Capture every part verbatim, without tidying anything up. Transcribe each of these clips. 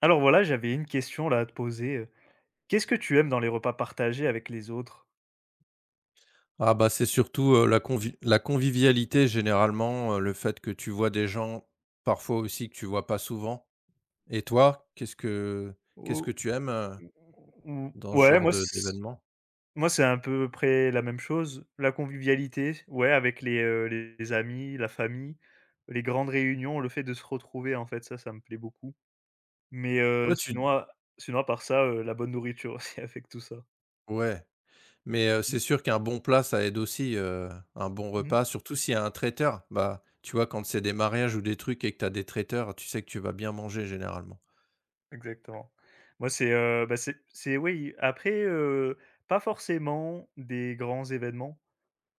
Alors voilà, j'avais une question là à te poser, heu. Qu'est-ce que tu aimes dans les repas partagés avec les autres? Ah bah, c'est surtout, heu, la convi la convivialité généralement, heu, le fait que tu vois des gens parfois aussi que tu vois pas souvent. Et toi, qu'est-ce que qu'est-ce que Ou tu aimes, heu, ou dans ce ouais, genre moi c de d'événement? moi c'est à peu près la même chose. La convivialité, ouais, avec les, heu, les amis, la famille, les grandes réunions, le fait de se retrouver en fait, ça, ça me plaît beaucoup. Mais, heu, Ouais, tu sinon à sinon à part ça, heu, la bonne nourriture aussi avec tout ça. ouais, mais, heu, c'est Mmh, sûr qu'un bon plat, ça aide aussi, heu, un bon mmh, repas, surtout s'il y a un traiteur. Bah, tu vois, quand c'est des mariages ou des trucs et que tu as des traiteurs, tu sais que tu vas bien manger généralement. exactement. Moi c'est, heu, bah, c'est c'est oui, après, heu, pas forcément des grands événements.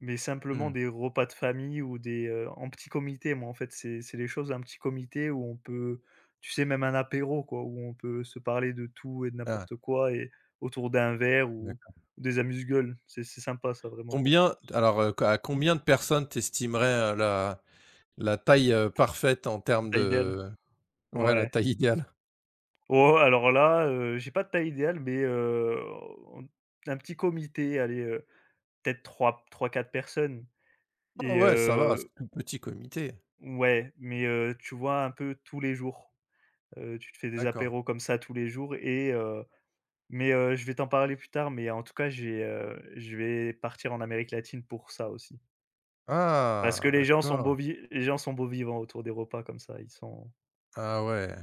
Mais simplement Mmh. des repas de famille ou des, heu, en petit comité, moi, en fait, c'est c'est les choses, un petit comité où on peut tu sais, même un apéro, quoi, où on peut se parler de tout et de Ah, n'importe quoi et autour d'un verre ou d'accord. ou des amuse-gueules. C'est c'est sympa ça vraiment pour Combien alors, heu, co à mmh? combien de personnes t'estimerais estimerais, la la taille, heu, parfaite en termes Taille idéale? de ouais, la Ouais. taille idéale. Oh, alors là, heu, j'ai pas de taille idéale, mais, heu, on un petit comité, allez, heu, peut être trois trois quatre personnes Ah et ouais, ça va, c'est heu tout petit comité. ouais, mais, heu, tu vois, un peu tous les jours. Heu, tu te fais des D'accord. apéros comme ça tous les jours et heu, mais heu, je vais t'en parler plus tard, mais en tout cas, j'ai, heu, je vais partir en Amérique latine pour ça aussi. Parce que Ah les gens sont d'accord. beaux vi les gens sont beaux vivants autour des repas comme ça, ils sont Ah ouais.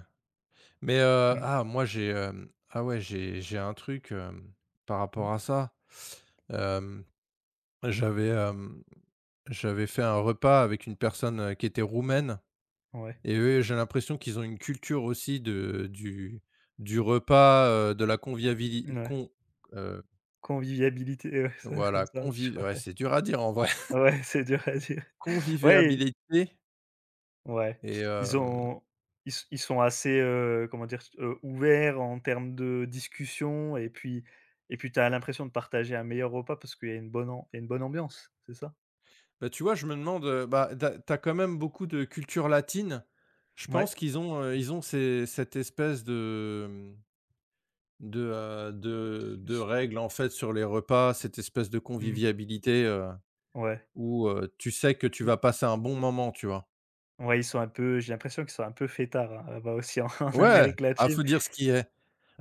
Mais, heu, mmh, ah moi j'ai, hem, ah ouais, j'ai j'ai un truc, hem, par mmh, rapport à ça. Hem, j'avais, hem, j'avais fait un repas avec une personne, heu, qui était roumaine ouais, et eux, j'ai l'impression qu'ils ont une culture aussi de du du repas, heu, de la convivialité, ouais. con heu, Convivialité, ouais, ça, c'est voilà, comme ça, je convi crois. ouais, c'est dur à dire en vrai. Ouais, c'est dur à dire. Ouais. Convivialité Ouais, et ils hem, ont ils s ils sont assez, heu, comment dire? Heu, ouverts en termes de discussion et puis et puis t'as l'impression de partager un meilleur repas parce qu'il y a une bonne am il y a une bonne ambiance, c'est ça? Bah, tu vois, je me demande, heu, bah, tu as tu as quand même beaucoup de culture latine. Je Ouais. pense qu'ils ont, heu, ils ont ces cette espèce de, mmh, de, heu, de Ils de s ils règle, en fait, sur les repas, cette espèce de mmh, convivialité, heu, ouais. où, heu, tu sais que tu vas passer un bon moment, tu vois? Ouais, ils sont un peu j'ai l'impression qu'ils sont un peu fêtards, hein, là-bas aussi en en Ouais! Amérique Ah, latine. faut dire ce qui est.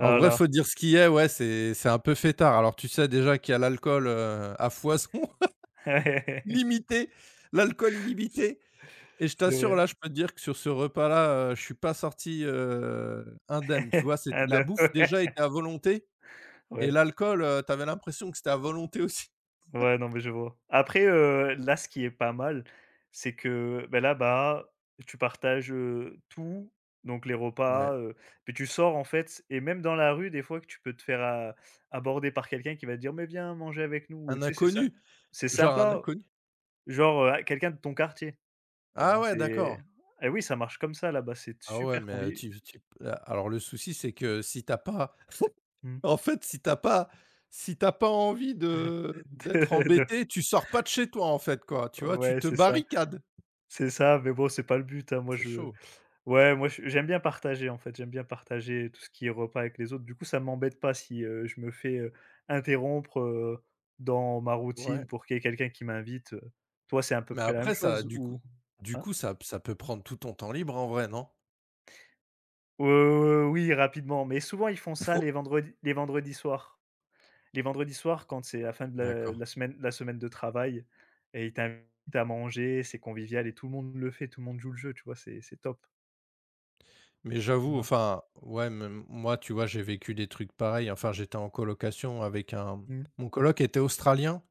En vrai, faut dire ce qui est, ouais, c'est c'est un peu fêtard. Alors, tu sais déjà qu'il y a l'alcool, heu, à foison, limité, l'alcool illimité. Et je C'est t'assure, vrai. là, je peux te dire que sur ce repas-là, heu, je suis pas sorti, heu, indemne, tu vois? C'est Ah la de bouffe ouais. déjà était à volonté et Ouais. l'alcool, heu, tu avais l'impression que c'était à volonté aussi. Ouais, non, mais je vois. Après, heu, là, ce qui est pas mal, c'est que, ben là-bas, tu partages, heu, tout, donc les Ouais, repas, heu, puis tu sors, en fait et même dans la rue, des fois que tu peux te faire a aborder par quelqu'un qui va te dire: «Mais viens manger avec nous» et un tu sais, c'est ça inconnu, c'est genre un sympa, inconnu. genre, heu, quelqu'un de ton quartier, donc Ah ouais, c'est d'accord. et oui, ça marche comme ça là-bas, c'est Ah ouais, super mais heu, convivial. tu tu p a alors le souci, c'est que si tu as pas en fait, si tu as pas si tu as pas envie de d'être embêté, tu sors pas de chez toi, en fait, quoi, tu vois? Tu Ouais, te c'est ça, barricades. c'est ça, mais bon, c'est pas le but, hein. Moi, C'est je chaud. Ouais, moi je j'aime bien partager en fait, j'aime bien partager tout ce qui est repas avec les autres. Du coup, ça m'embête pas si, heu, je me fais, heu, interrompre, heu, dans ma Ouais. routine pour qu'il y ait quelqu'un qui m'invite, heu. Toi, c'est à peu Mais près la même après ça chose du coup ou du hein? coup ça ça peut Ouais? prendre tout ton temps libre en vrai, non? Heu, oui, rapidement, mais souvent ils font ça Oh! les vendredis les vendredis soirs. Les vendredis soirs quand c'est la fin de la D'accord. la semaine la semaine de travail et ils t'invitent à manger, c'est convivial et tout le monde le fait, tout le monde joue le jeu, tu vois? C'est c'est top. Mais j'avoue, Voilà. enfin, ouais, même moi, tu vois, j'ai vécu des trucs pareils. Enfin, j'étais en colocation avec un Mmh. mon coloc était australien.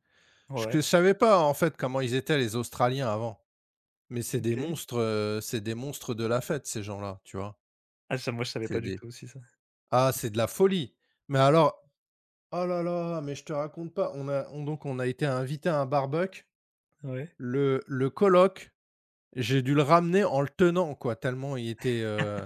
Je que Ouais, savais pas, en fait, comment ils étaient les Australiens avant. Mais c'est des OK. monstres, heu, c'est des monstres de la fête ces gens-là, tu vois? Ah ça, moi je savais C'est pas du des tout aussi ça. Ah, c'est de la folie! Mais alors, oh là là, mais je te raconte pas, on a on donc on a été invité à un barbecue. Ouais. Le le coloc J'ai dû le ramener en le tenant quoi, tellement il était, heu,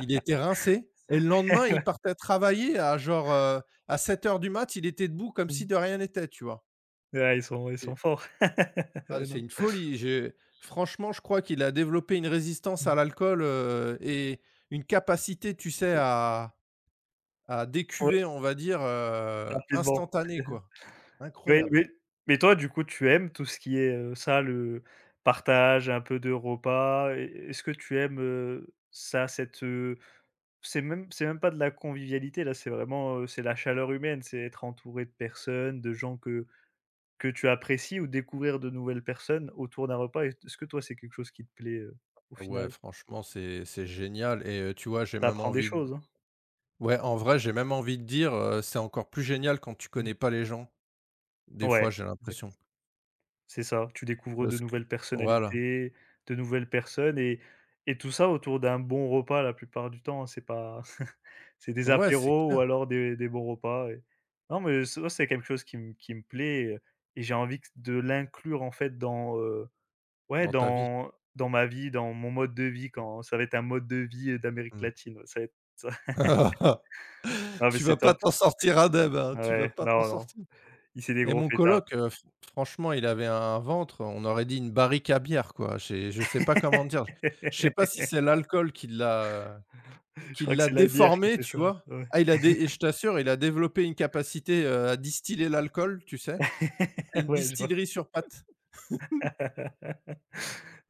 il était rincé et le Ouais. lendemain, il partait travailler à genre, heu, à sept heures du mat, il était debout comme si Mmh. de rien n'était, tu vois? Ouais, ils sont ils J'ai sont forts. Ah Ouais, c'est non. une folie, j'ai franchement, je crois qu'il a développé une résistance à Mmh. l'alcool, heu et une capacité, tu sais, à à Ouais, décuver, on va dire, heu, rapidement. instantanée quoi. Mais Incroyable. mais mais toi, du coup, tu aimes tout ce qui est, heu, ça, le partage, un peu de repas? E est-ce que tu aimes, heu, ça, cette, heu, c'est même c'est même pas de la convivialité, là, c'est vraiment, heu, c'est la chaleur humaine, c'est être entouré de personnes, de gens que que tu apprécies ou découvrir de nouvelles personnes autour d'un repas. Est ce que toi, c'est quelque chose qui te plaît, heu, au Ouais, final? franchement, c'est c'est génial et heu, tu vois, j'ai même T'apprends des envie choses, hein? Ouais, en vrai, j'ai même envie de dire, heu, c'est encore plus génial quand tu Mmh. connais pas les gens. Des fois, Ouais. j'ai l'impression. C'est ça, tu découvres de Parce que nouvelles voilà. personnalités, de nouvelles personnes et et tout ça autour d'un bon repas la plupart du temps, hein, c'est pas c'est des Ouais, c'est apéros ou clair, alors des des bons repas et non mais ça ouais, c'est quelque chose qui me qui me plaît, heu et j'ai envie q de l'inclure en fait dans, heu, ouais dans ta vie. dans dans ma vie, dans mon mode de vie quand ça va être un mode de vie, heu, d'Amérique Mmh. latine, ouais, ça va être ça. Non mais Tu c'est vas pas top. t'en sortir indemne, hein, tu vas Ouais, pas t'en non, non, sortir. il c'est des Et gros mon fêtards. coloc, heu, fr franchement, il avait un ventre, on aurait dit une barrique à bière, quoi. J'ai je sais pas comment dire. Je sais pas si c'est l'alcool qui l'a Je qui crois que l'a c'est la bière qui déformé, fait tu ça, vois? ouais. Ah, il a dé Et je t'assure, il a développé une capacité, heu, à distiller l'alcool, tu sais? C'est une Ouais, je vois. distillerie sur pattes.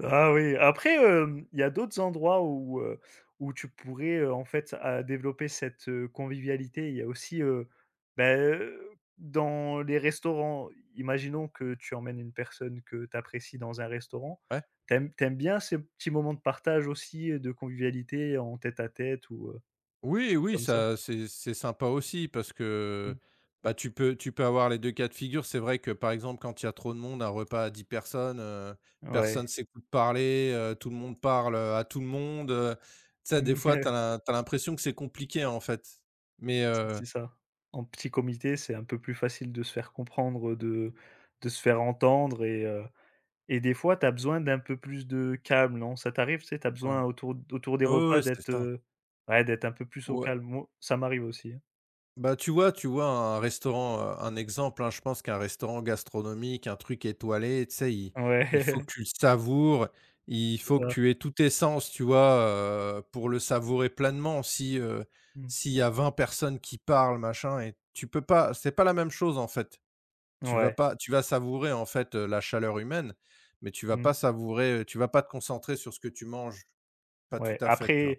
Ah oui, après, hem, il y a d'autres endroits où, heu, où tu pourrais, heu, en fait, à développer cette, heu, convivialité. Il y a aussi, heu, bah, heu, dans les restaurants, imaginons que tu emmènes une personne que tu apprécies dans un restaurant. Ouais. T'aimes t'aimes bien ces petits moments de partage aussi, euh, de convivialité en tête à tête ou, heu, Oui, choses oui, comme ça? ça c'est c'est sympa aussi parce que, Mmh, bah, tu peux tu peux avoir les deux cas de figure. C'est vrai que, par exemple, quand il y a trop de monde, un repas à dix personnes, heu, ouais. personne s'écoute parler, heu, tout le monde parle, euh, à tout le monde, heu. Tu sais, des fois, tu as l'impression que c'est compliqué, en fait. Mais, heu, C'est ça. En petit comité, c'est un peu plus facile de se faire comprendre, de de se faire entendre et heu et des fois, tu as besoin d'un peu plus de calme, non? Ça t'arrive, tu sais, tu as voilà. besoin autour autour des Ouais, repas ouais, c'est d'être, ça. heu, ouais, d'être un peu plus au Ouais. calme. Mo ça m'arrive aussi, hein. Bah, tu vois tu vois un restaurant, heu, un exemple, hein, je pense qu'un restaurant gastronomique, un truc étoilé, tu sais, il il faut que Ouais, tu le savoures, il c'est faut que ça. tu aies tous tes sens, tu vois, heu, pour le savourer pleinement. Si, heu, Mmh. s'il y a vingt personnes qui parlent, machin et tu peux pas c'est pas la même chose, en fait. Tu vas Ouais. pas Tu vas savourer, en fait, heu, la chaleur humaine, mais tu vas Mmh. pas savourer, tu vas pas te concentrer sur ce que tu manges. Pas tout Ouais. à fait, tu vois? Après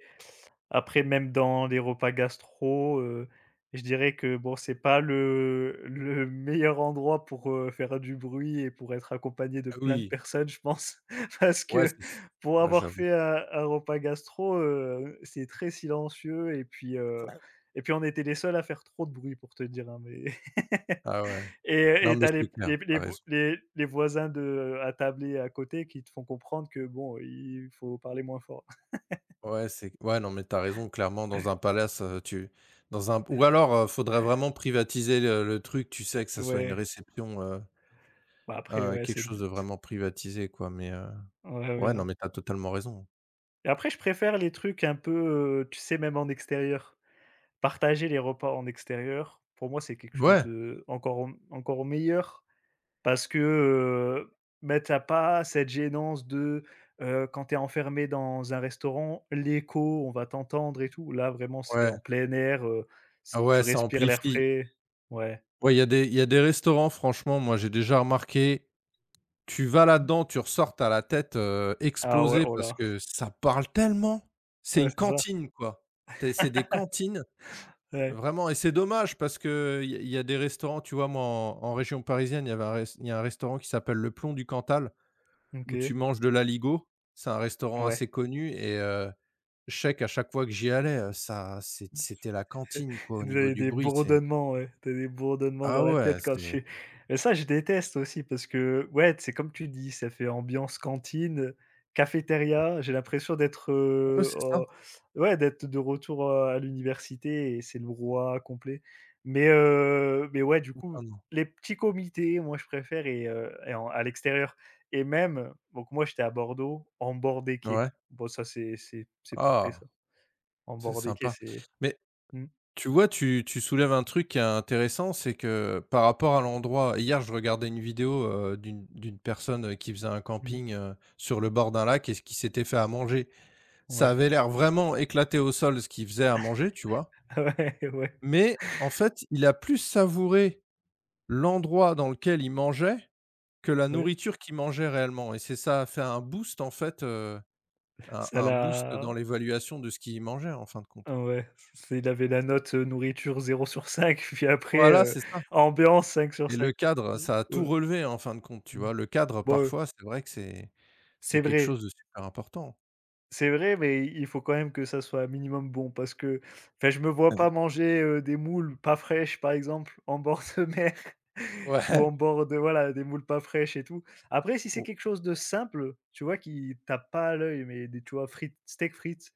Après, même dans les repas gastro, heu, je dirais que bon, c'est pas le le meilleur endroit pour, heu, faire du bruit et pour être accompagné de Ah plein de oui, personnes, je pense. Parce ouais, que c'est pour ouais, avoir j'avoue. fait un un repas gastro, heu, c'est très silencieux et puis, heu et puis on était les seuls à faire trop de bruit pour te dire, hein, mais Ah ouais. et Non, et mais t'as les c'est clair, les t'as les vo raison. les les voisins de à table et à côté qui te font comprendre que bon, il faut parler moins fort. Ouais, c'est ouais, non, mais t'as raison, clairement, dans un palace, heu, tu dans un ou alors, heu, faudrait vraiment privatiser le le truc, tu sais, que ça soit une Ouais, réception, heu, bah, après un ouais, quelque c'est le chose de but. vraiment privatisé, quoi, mais heu, Ouais, ouais, ouais, non, non. mais t'as totalement raison. Et après, je préfère les trucs un peu, heu, tu sais, même en extérieur. Partager les repas en extérieur, pour moi, c'est quelque chose Ouais, de encore encore meilleur parce que, heu, bah, tu pas cette gênance de, heu, quand tu es enfermé dans un restaurant, l'écho, on va t'entendre et tout. Là, vraiment, c'est ouais, en plein air, heu, s ah tu ouais, ça respires l'air amplifie. frais. Ouais. Ouais, il y a des il y a des restaurants, franchement, moi, j'ai déjà remarqué, tu vas là-dedans, tu ressors, tu la tête, heu, Ah ouais, explosée oh parce là. que ça parle tellement. C'est Ouais, une c'est ça. cantine, quoi. Tu c'est des cantines Ouais. vraiment et c'est dommage parce qu'il y a il y a des restaurants, tu vois? Moi, en en région parisienne, il y avait un res il y a un restaurant qui s'appelle Le Plomb du Cantal où tu OK. manges de l'aligot. C'est un restaurant Ouais. assez connu et heu, je sais qu'à chaque fois que j'y allais, heu, ça c'ét c'était la cantine, quoi, au Tu niveau as du des bruit. C'est bourdonnements, ouais, tu as des bourdonnements ah dans la ouais, tête quand je c'est suis mais ça, je déteste aussi parce que, ouais, c'est comme tu dis, ça fait ambiance cantine, cafétéria. J'ai l'impression d'être, Ah ouais, heu, c'est ça. au ouais, d'être de retour, heu, à l'université et c'est le brouhaha complet. Mais heu, mais ouais, du coup, Totalement. les petits comités, moi, je préfère et heu et en à l'extérieur et même donc moi, j'étais à Bordeaux, en bord des quais. Ouais. Bon, ça, c'est c'est c'est parfait, Ah! ça. En C'est bord des quais, sympa. c'est Mais mmh, tu vois, tu tu soulèves un truc qui est intéressant, c'est que par rapport à l'endroit hier, je regardais une vidéo, heu, d'une d'une personne, heu, qui faisait un mmh, camping, heu, sur le bord d'un lac et ce qui s'était fait à manger. Ça ouais. avait l'air vraiment éclaté au sol ce qu'il faisait à manger, tu vois? Ouais, ouais, Mais en fait, il a plus savouré l'endroit dans lequel il mangeait que la ouais. nourriture qu'il mangeait réellement et c'est ça a fait un boost en fait, heu, un Ça un boost dans l'a l'évaluation de ce qu'il mangeait en fin de compte. ah ouais, c'est il avait la note, heu, nourriture zéro sur cinq. Puis après, Voilà, heu, c'est ça. ambiance cinq sur Et le cinq. cadre, ça a Ouais, tout relevé hein, en fin de compte, tu mmh. vois? Le cadre, Bon, heu, parfois, c'est vrai que c'est c'est c'est quelque vrai, chose de super important. c'est vrai, mais il faut quand même que ça soit un minimum bon parce que enfin, je me vois pas manger, heu, des moules pas fraîches, par exemple, en bord de mer ou Ouais, en bord de voilà, des moules pas fraîches et tout. Après si c'est ou quelque chose de simple, tu vois, qui tape pas à l'œil, mais des tu vois, frites steak frites.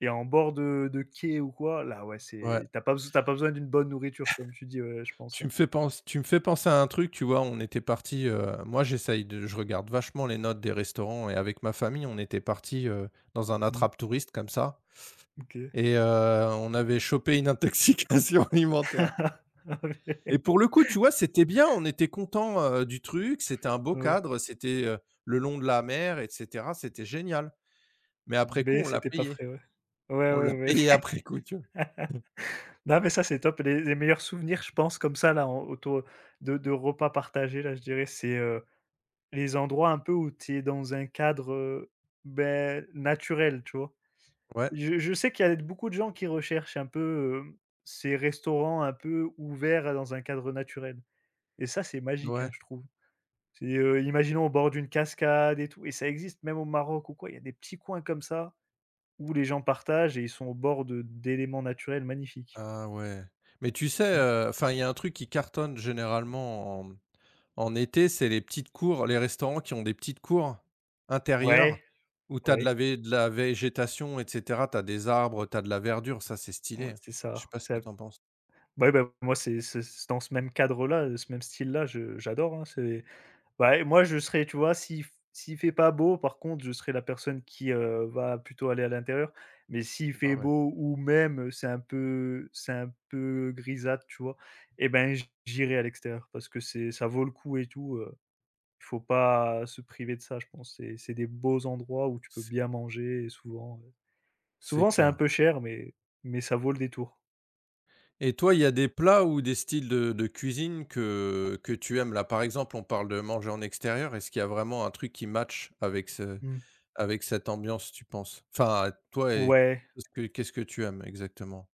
Et en bord de de quai ou quoi, là, ouais, ouais. c'est t'as pas beso tu pas besoin d'une bonne nourriture, comme tu dis, ouais, je pense, Tu me hein. fais penser. Tu me fais penser à un truc, tu vois? On était parti. Moi j'essaye de je regarde vachement les notes des restaurants et avec ma famille, on était parti dans un Mmh, attrape-touriste comme ça OK. et heu, on avait chopé une intoxication alimentaire Ah et ouais. pour le coup, tu vois, c'était bien, on était content du truc, c'était un beau Ouais. cadre, c'était, heu, le long de la mer et cetera, c'était génial. Mais après coup, Un on l'a c'était pas payé. frais, ouais. Ouais, On l'a ouais, ouais. payé après coup, tu vois? Non, mais ça, c'est top. Les les meilleurs souvenirs, je pense, comme ça, là, en autour de de repas partagés, là, je dirais, c'est, heu, les endroits un peu où tu es dans un cadre, heu, beh, naturel, tu vois? Ouais, Je je sais qu'il y a beaucoup de gens qui recherchent un peu, heu, ces restaurants un peu ouverts dans un cadre naturel. Et ça, c'est magique, hein, ouais. je trouve. C'est, heu, imaginons au bord d'une cascade et tout et ça existe même au Maroc ou quoi, il y a des petits coins comme ça où les gens partagent et ils sont au bord de d'éléments naturels magnifiques. Ah ouais. Mais tu sais, Mmh. heu, enfin, il y a un truc qui cartonne généralement en en été, c'est les petites cours, les restaurants qui ont des petites cours Ouais, intérieures où tu as de ouais, la vé de la végétation et cetera. Tu as des arbres, tu as de la verdure, ça, c'est stylé, ouais, hein. c'est Je sais ça, pas ce que c'est tu en penses? ouais, bah, moi, c'est c'est c'est dans ce même cadre-là, ce même style-là, je j'adore, hein, c'est. Bah et moi je serais tu vois, si f s'il fait pas beau, par contre, je serais la personne qui, heu, va plutôt aller à l'intérieur. Mais s'il Bah, fait ouais, beau ou même c'est un peu c'est un peu grisâtre, tu vois? Et ben j j'irai à l'extérieur parce que c'est ça vaut le coup et tout, heu, il faut pas se priver de ça, je pense. C'est c'est des beaux endroits où tu peux c'est bien manger et souvent, heu, c'est souvent c'est un clair. peu cher mais mais ça vaut le détour. Et toi, il y a des plats ou des styles de de cuisine que que tu aimes? Là, par exemple, on parle de manger en extérieur. Est-ce qu'il y a vraiment un truc qui match avec ce Mmh. avec cette ambiance, tu penses? Enfin, toi et Ouais. qu'est-ce que qu'est-ce que tu aimes exactement?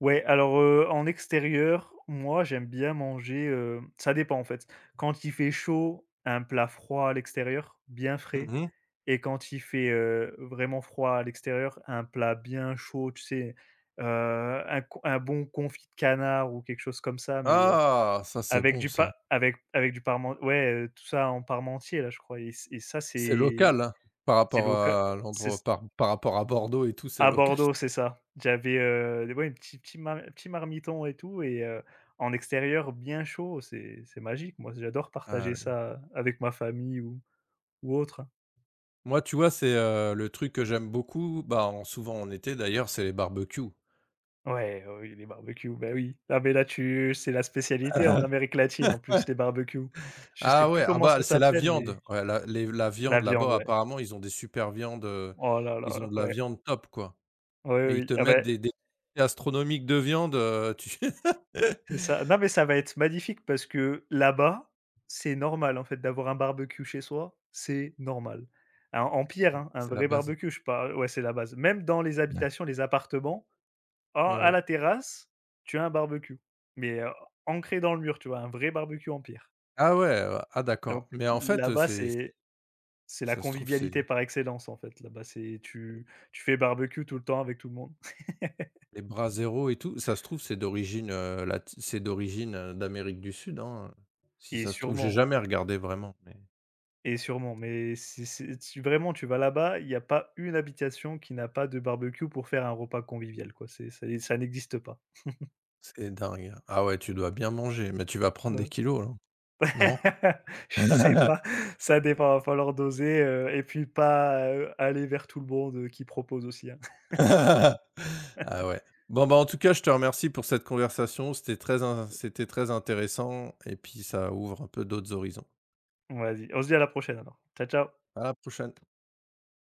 Ouais, alors, heu, en extérieur, moi, j'aime bien manger, heu, ça dépend, en fait. Quand il fait chaud, un plat froid à l'extérieur, bien frais Mmh. et quand il fait, heu, vraiment froid à l'extérieur, un plat bien chaud, tu sais, heu, un co un bon confit de canard ou quelque chose comme ça, mais, heu, Ah! Ça, c'est avec bon du ça. pa avec avec du parmen ouais, heu, tout ça en parmentier, là, je crois et c et ça, C'est c'est local, hein, par c'est rapport local. à l'endroit par par rapport à Bordeaux et tout, c'est À local ça. Bordeaux, c'est ça. J'avais, heu, ouais, un petit petit mar petit marmiton et tout et heu, en extérieur bien chaud, c'est c'est magique. Moi, j'adore Ah partager le ça avec ma famille ou ou autre, hein. Moi, tu vois, c'est, heu, le truc que j'aime beaucoup, bah, en souvent en été d'ailleurs, c'est les barbecues. Ouais, oh oui, les barbecues, bah, oui. Ah, mais là, tu c'est la spécialité en Amérique latine, en plus, les barbecues. Je sais Ah plus ouais, ah comment bah, ça c'est la s'appelle, viande. mais Ouais, la les la la viande viande, là-bas, ouais. apparemment, ils ont des super viandes, heu, Oh là ils ont là, de la ouais. viande top, quoi Ouais, et Oui, ils oui. te Ah, mettent beh des des quantités astronomiques de viande, heu, tu C'est ça. Non, mais ça va être magnifique parce que là-bas, c'est normal en fait d'avoir un barbecue chez soi, c'est normal. Un en pierre, hein, un C'est la vrai base. barbecue, je parle ouais, c'est la base. Même dans les Ouais. habitations, les appartements, en à Ouais. la terrasse, tu as un barbecue, mais heu, ancré dans le mur, tu vois? Un vrai barbecue en pierre. Ah ouais, heu, ah d'accord. Donc Mais en fait, là-bas, c'est c'est c'est la ça se trouve, c'est convivialité par excellence en fait. Là-bas, c'est tu tu fais barbecue tout le temps avec tout le monde les bras zéro et tout, ça se trouve, c'est d'origine, heu, lati c'est d'origine, heu, d'Amérique du Sud, hein, si et ça se trouve. J'ai sûrement. jamais regardé vraiment, mais Et sûrement, mais c'est c'est tu vraiment, tu vas là-bas, il n'y a pas une habitation qui n'a pas de barbecue pour faire un repas convivial, quoi. C'est c'est ça n'existe pas. c'est dingue, hein. Ah ouais, tu dois bien manger, mais tu vas prendre des Heu, kilos, là, non? je sais pas, ça dépend, va falloir doser, heu et puis pas, heu, aller vers tout le monde, heu, qui propose aussi, hein. Ah ouais. Bon, bah, en tout cas, je te remercie pour cette conversation. C'était très in c'était très intéressant et puis ça ouvre un peu d'autres horizons. Vas-y, on se dit à la prochaine alors. Ciao, ciao. À la prochaine.